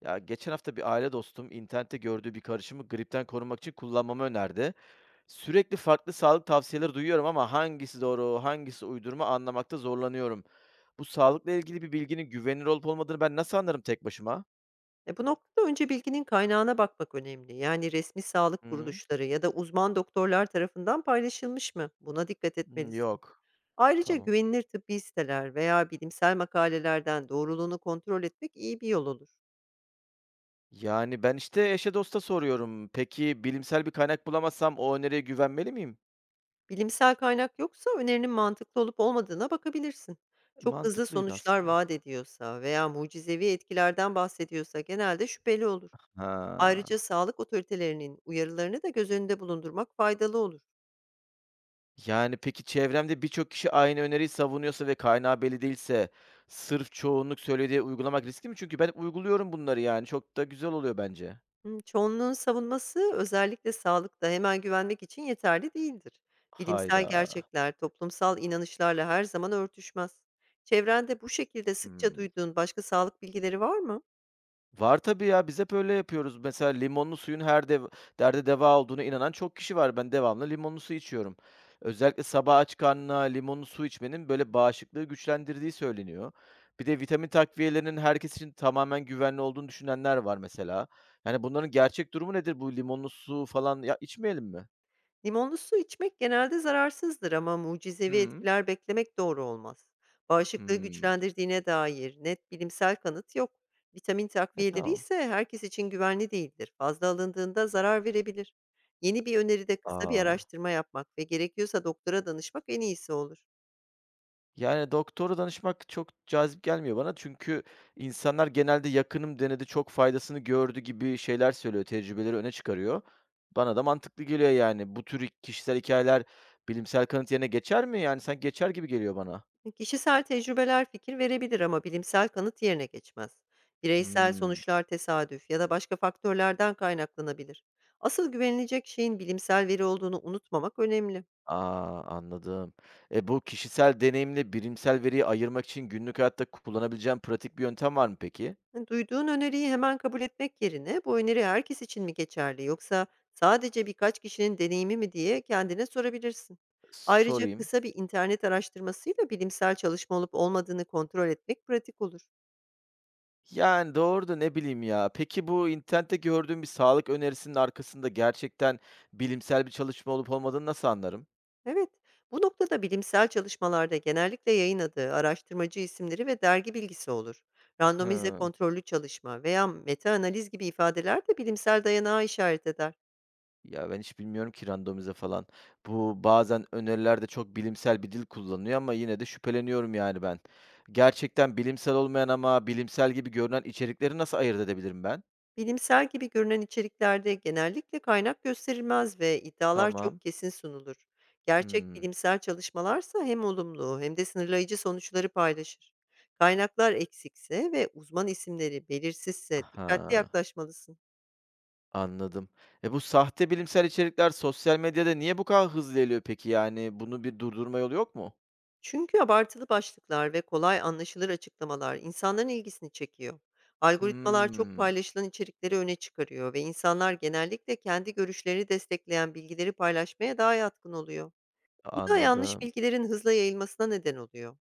Ya geçen hafta bir aile dostum internette gördüğü bir karışımı gripten korunmak için kullanmamı önerdi. Sürekli farklı sağlık tavsiyeleri duyuyorum ama hangisi doğru, hangisi uydurma anlamakta zorlanıyorum. Bu sağlıkla ilgili bir bilginin güvenilir olup olmadığını ben nasıl anlarım tek başıma? Bu noktada önce bilginin kaynağına bakmak önemli. Yani resmi sağlık Hı? kuruluşları ya da uzman doktorlar tarafından paylaşılmış mı? Buna dikkat Hı, etmelisin. yok. Ayrıca Tamam. güvenilir tıbbi siteler veya bilimsel makalelerden doğruluğunu kontrol etmek iyi bir yol olur. Yani ben işte eşe dosta soruyorum. Peki bilimsel bir kaynak bulamazsam o öneriye güvenmeli miyim? Bilimsel kaynak yoksa önerinin mantıklı olup olmadığına bakabilirsin. Çok hızlı Mantıklıydı sonuçlar aslında. vaat ediyorsa veya mucizevi etkilerden bahsediyorsa genelde şüpheli olur. Ha. Ayrıca sağlık otoritelerinin uyarılarını da göz önünde bulundurmak faydalı olur. Yani, peki çevremde birçok kişi aynı öneriyi savunuyorsa ve kaynağı belli değilse sırf çoğunluk söylediği uygulamak riskli mi? Çünkü ben uyguluyorum bunları yani. Çok da güzel oluyor bence. Hımm, çoğunluğun savunması özellikle sağlıkta hemen güvenmek için yeterli değildir. Bilimsel Hayda. gerçekler toplumsal inanışlarla her zaman örtüşmez. Çevrende bu şekilde sıkça Hımm. duyduğun başka sağlık bilgileri var mı? Var tabii ya, biz hep öyle yapıyoruz. Mesela limonlu suyun her dev derde deva olduğuna inanan çok kişi var. Ben devamlı limonlu su içiyorum. Özellikle sabah aç karnına limonlu su içmenin böyle bağışıklığı güçlendirdiği söyleniyor. Bir de vitamin takviyelerinin herkes için tamamen güvenli olduğunu düşünenler var mesela. Yani bunların gerçek durumu nedir? Bu limonlu su falan ya içmeyelim mi? Limonlu su içmek genelde zararsızdır ama mucizevi Hı etkiler beklemek doğru olmaz. Bağışıklığı hı. güçlendirdiğine dair net bilimsel kanıt yok. Vitamin takviyeleri Tamam. ise herkes için güvenli değildir. Fazla alındığında zarar verebilir. Yeni bir öneride kısa bir A! araştırma yapmak ve gerekiyorsa doktora danışmak en iyisi olur. Yani, doktora danışmak çok cazip gelmiyor bana çünkü insanlar genelde yakınım denedi, çok faydasını gördü gibi şeyler söylüyor, tecrübeleri öne çıkarıyor. Bana da mantıklı geliyor yani. Bu tür kişisel hikâyeler bilimsel kanıt yerine geçer mi? Yani, sanki geçer gibi geliyor bana. Kişisel tecrübeler fikir verebilir ama bilimsel kanıt yerine geçmez. Bireysel Hımm. sonuçlar tesadüf ya da başka faktörlerden kaynaklanabilir. Asıl güvenilecek şeyin bilimsel veri olduğunu unutmamak önemli. A, anladım. Bu kişisel deneyimle bilimsel veriyi ayırmak için günlük hayatta kullanabileceğim pratik bir yöntem var mı peki? Duyduğun öneriyi hemen kabul etmek yerine bu öneri herkes için mi geçerli yoksa sadece birkaç kişinin deneyimi mi diye kendine sorabilirsin. Ayrıca Sorayım. kısa bir internet araştırmasıyla bilimsel çalışma olup olmadığını kontrol etmek pratik olur. Yani, doğru da ne bileyim ya. Peki, bu internette gördüğüm bir sağlık önerisinin arkasında gerçekten bilimsel bir çalışma olup olmadığını nasıl anlarım? Evet, bu noktada bilimsel çalışmalarda genellikle yayınladığı araştırmacı isimleri ve dergi bilgisi olur. Randomize Hıı. kontrollü çalışma veya meta-analiz gibi ifadeler de bilimsel dayanağa işaret eder. Ya, ben hiç bilmiyorum ki randomize falan. Bu bazen önerilerde çok bilimsel bir dil kullanıyor ama yine de şüpheleniyorum yani ben. Gerçekten bilimsel olmayan ama bilimsel gibi görünen içerikleri nasıl ayırt edebilirim ben? Bilimsel gibi görünen içeriklerde genellikle kaynak gösterilmez ve iddialar çok Tamam. kesin sunulur. Gerçek Hımm. bilimsel çalışmalarsa hem olumlu hem de sınırlayıcı sonuçları paylaşır. Kaynaklar eksikse ve uzman isimleri belirsizse dikkatli Aha, yaklaşmalısın. anladım. Bu sahte bilimsel içerikler sosyal medyada niye bu kadar hızlı yayılıyor peki? Yani, bunu bir durdurma yolu yok mu? Çünkü abartılı başlıklar ve kolay anlaşılır açıklamalar insanların ilgisini çekiyor. Algoritmalar çok Hımm, paylaşılan içerikleri öne çıkarıyor ve insanlar genellikle kendi görüşlerini destekleyen bilgileri paylaşmaya daha yatkın oluyor. Bu da yanlış anladım. bilgilerin hızla yayılmasına neden oluyor.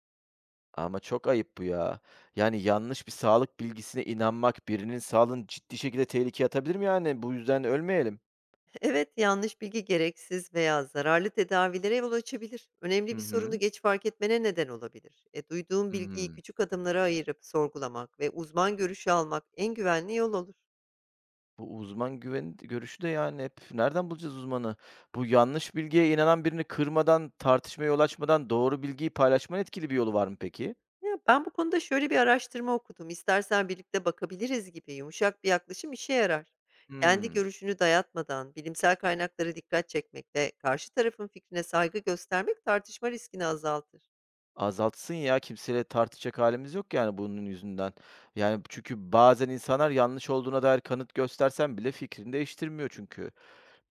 Ama çok ayıp bu ya. Yani yanlış bir sağlık bilgisine inanmak birinin sağlığını ciddi şekilde tehlikeye atabilir mi yani? Bu yüzden ölmeyelim. Evet, yanlış bilgi gereksiz veya zararlı tedavilere yol açabilir. Önemli Hı bir sorunu hı. geç fark etmene neden olabilir. Duyduğun bilgiyi Hımm. küçük adımlara ayırıp sorgulamak ve uzman görüşü almak en güvenli yol olur. Bu uzman güveni görüşü de yani hep nereden bulacağız uzmanı? Bu yanlış bilgiye inanan birini kırmadan, tartışmaya yol açmadan doğru bilgiyi paylaşmanın etkili bir yolu var mı peki? Ya, ben bu konuda şöyle bir araştırma okudum. "İstersen birlikte bakabiliriz" gibi yumuşak bir yaklaşım işe yarar. Kendi Hımm. görüşünü dayatmadan, bilimsel kaynaklara dikkat çekmek ve karşı tarafın fikrine saygı göstermek tartışma riskini azaltır. Azaltsın ya, kimseyle tartışacak halimiz yok yani bunun yüzünden. Yani çünkü bazen insanlar yanlış olduğuna dair kanıt göstersen bile fikrini değiştirmiyor çünkü.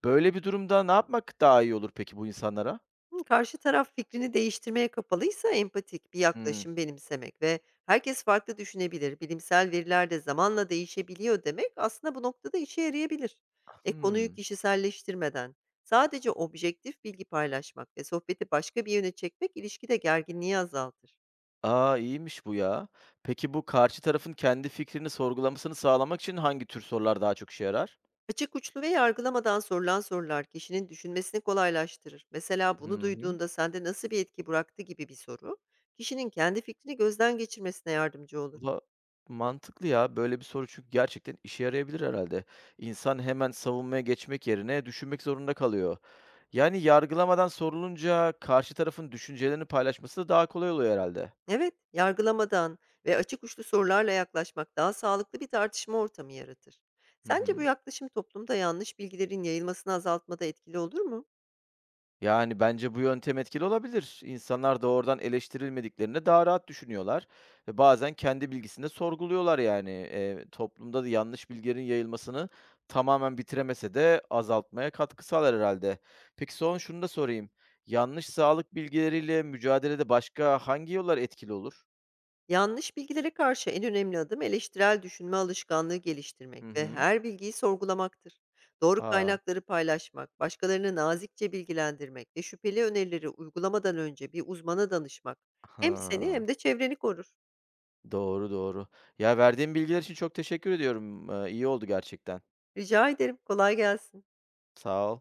Böyle bir durumda ne yapmak daha iyi olur peki bu insanlara? Hımm, karşı taraf fikrini değiştirmeye kapalıysa empatik bir Hmm. yaklaşım benimsemek ve "herkes farklı düşünebilir, bilimsel veriler de zamanla değişebiliyor" demek aslında bu noktada işe yarayabilir. Konuyu Hımm. kişiselleştirmeden sadece objektif bilgi paylaşmak ve sohbeti başka bir yöne çekmek ilişkide gerginliği azaltır. A, iyiymiş bu ya. Peki bu karşı tarafın kendi fikrini sorgulamasını sağlamak için hangi tür sorular daha çok işe yarar? Açık uçlu ve yargılamadan sorulan sorular kişinin düşünmesini kolaylaştırır. Mesela Hı "Bunu hı. duyduğunda sende nasıl bir etki bıraktı?" gibi bir soru, kişinin kendi fikrini gözden geçirmesine yardımcı olur. Va Mantıklı ya. Böyle bir soru çünkü gerçekten işe yarayabilir herhalde. İnsan hemen savunmaya geçmek yerine düşünmek zorunda kalıyor. Yani yargılamadan sorulunca karşı tarafın düşüncelerini paylaşması da daha kolay oluyor herhalde. Evet, yargılamadan ve açık uçlu sorularla yaklaşmak daha sağlıklı bir tartışma ortamı yaratır. Hı Sence bu hı. yaklaşım toplumda yanlış bilgilerin yayılmasını azaltmada etkili olur mu? Yani bence bu yöntem etkili olabilir. İnsanlar doğrudan eleştirilmediklerinde daha rahat düşünüyorlar ve bazen kendi bilgisini de sorguluyorlar yani. Toplumda da yanlış bilgilerin yayılmasını tamamen bitiremese de azaltmaya katkı sağlar herhâlde. Peki son şunu da sorayım. Yanlış sağlık bilgileriyle mücadelede başka hangi yollar etkili olur? Yanlış bilgilere karşı en önemli adım eleştirel düşünme alışkanlığı geliştirmek Hı ve hı. her bilgiyi sorgulamaktır. Doğru A! kaynakları paylaşmak, başkalarını nazikçe bilgilendirmek ve şüpheli önerileri uygulamadan önce bir uzmana danışmak hem seni hem Ha. de çevreni korur. Doğru, doğru. Ya, verdiğin bilgiler için çok teşekkür ediyorum. İyi oldu gerçekten. Rica ederim, kolay gelsin. Sağ ol.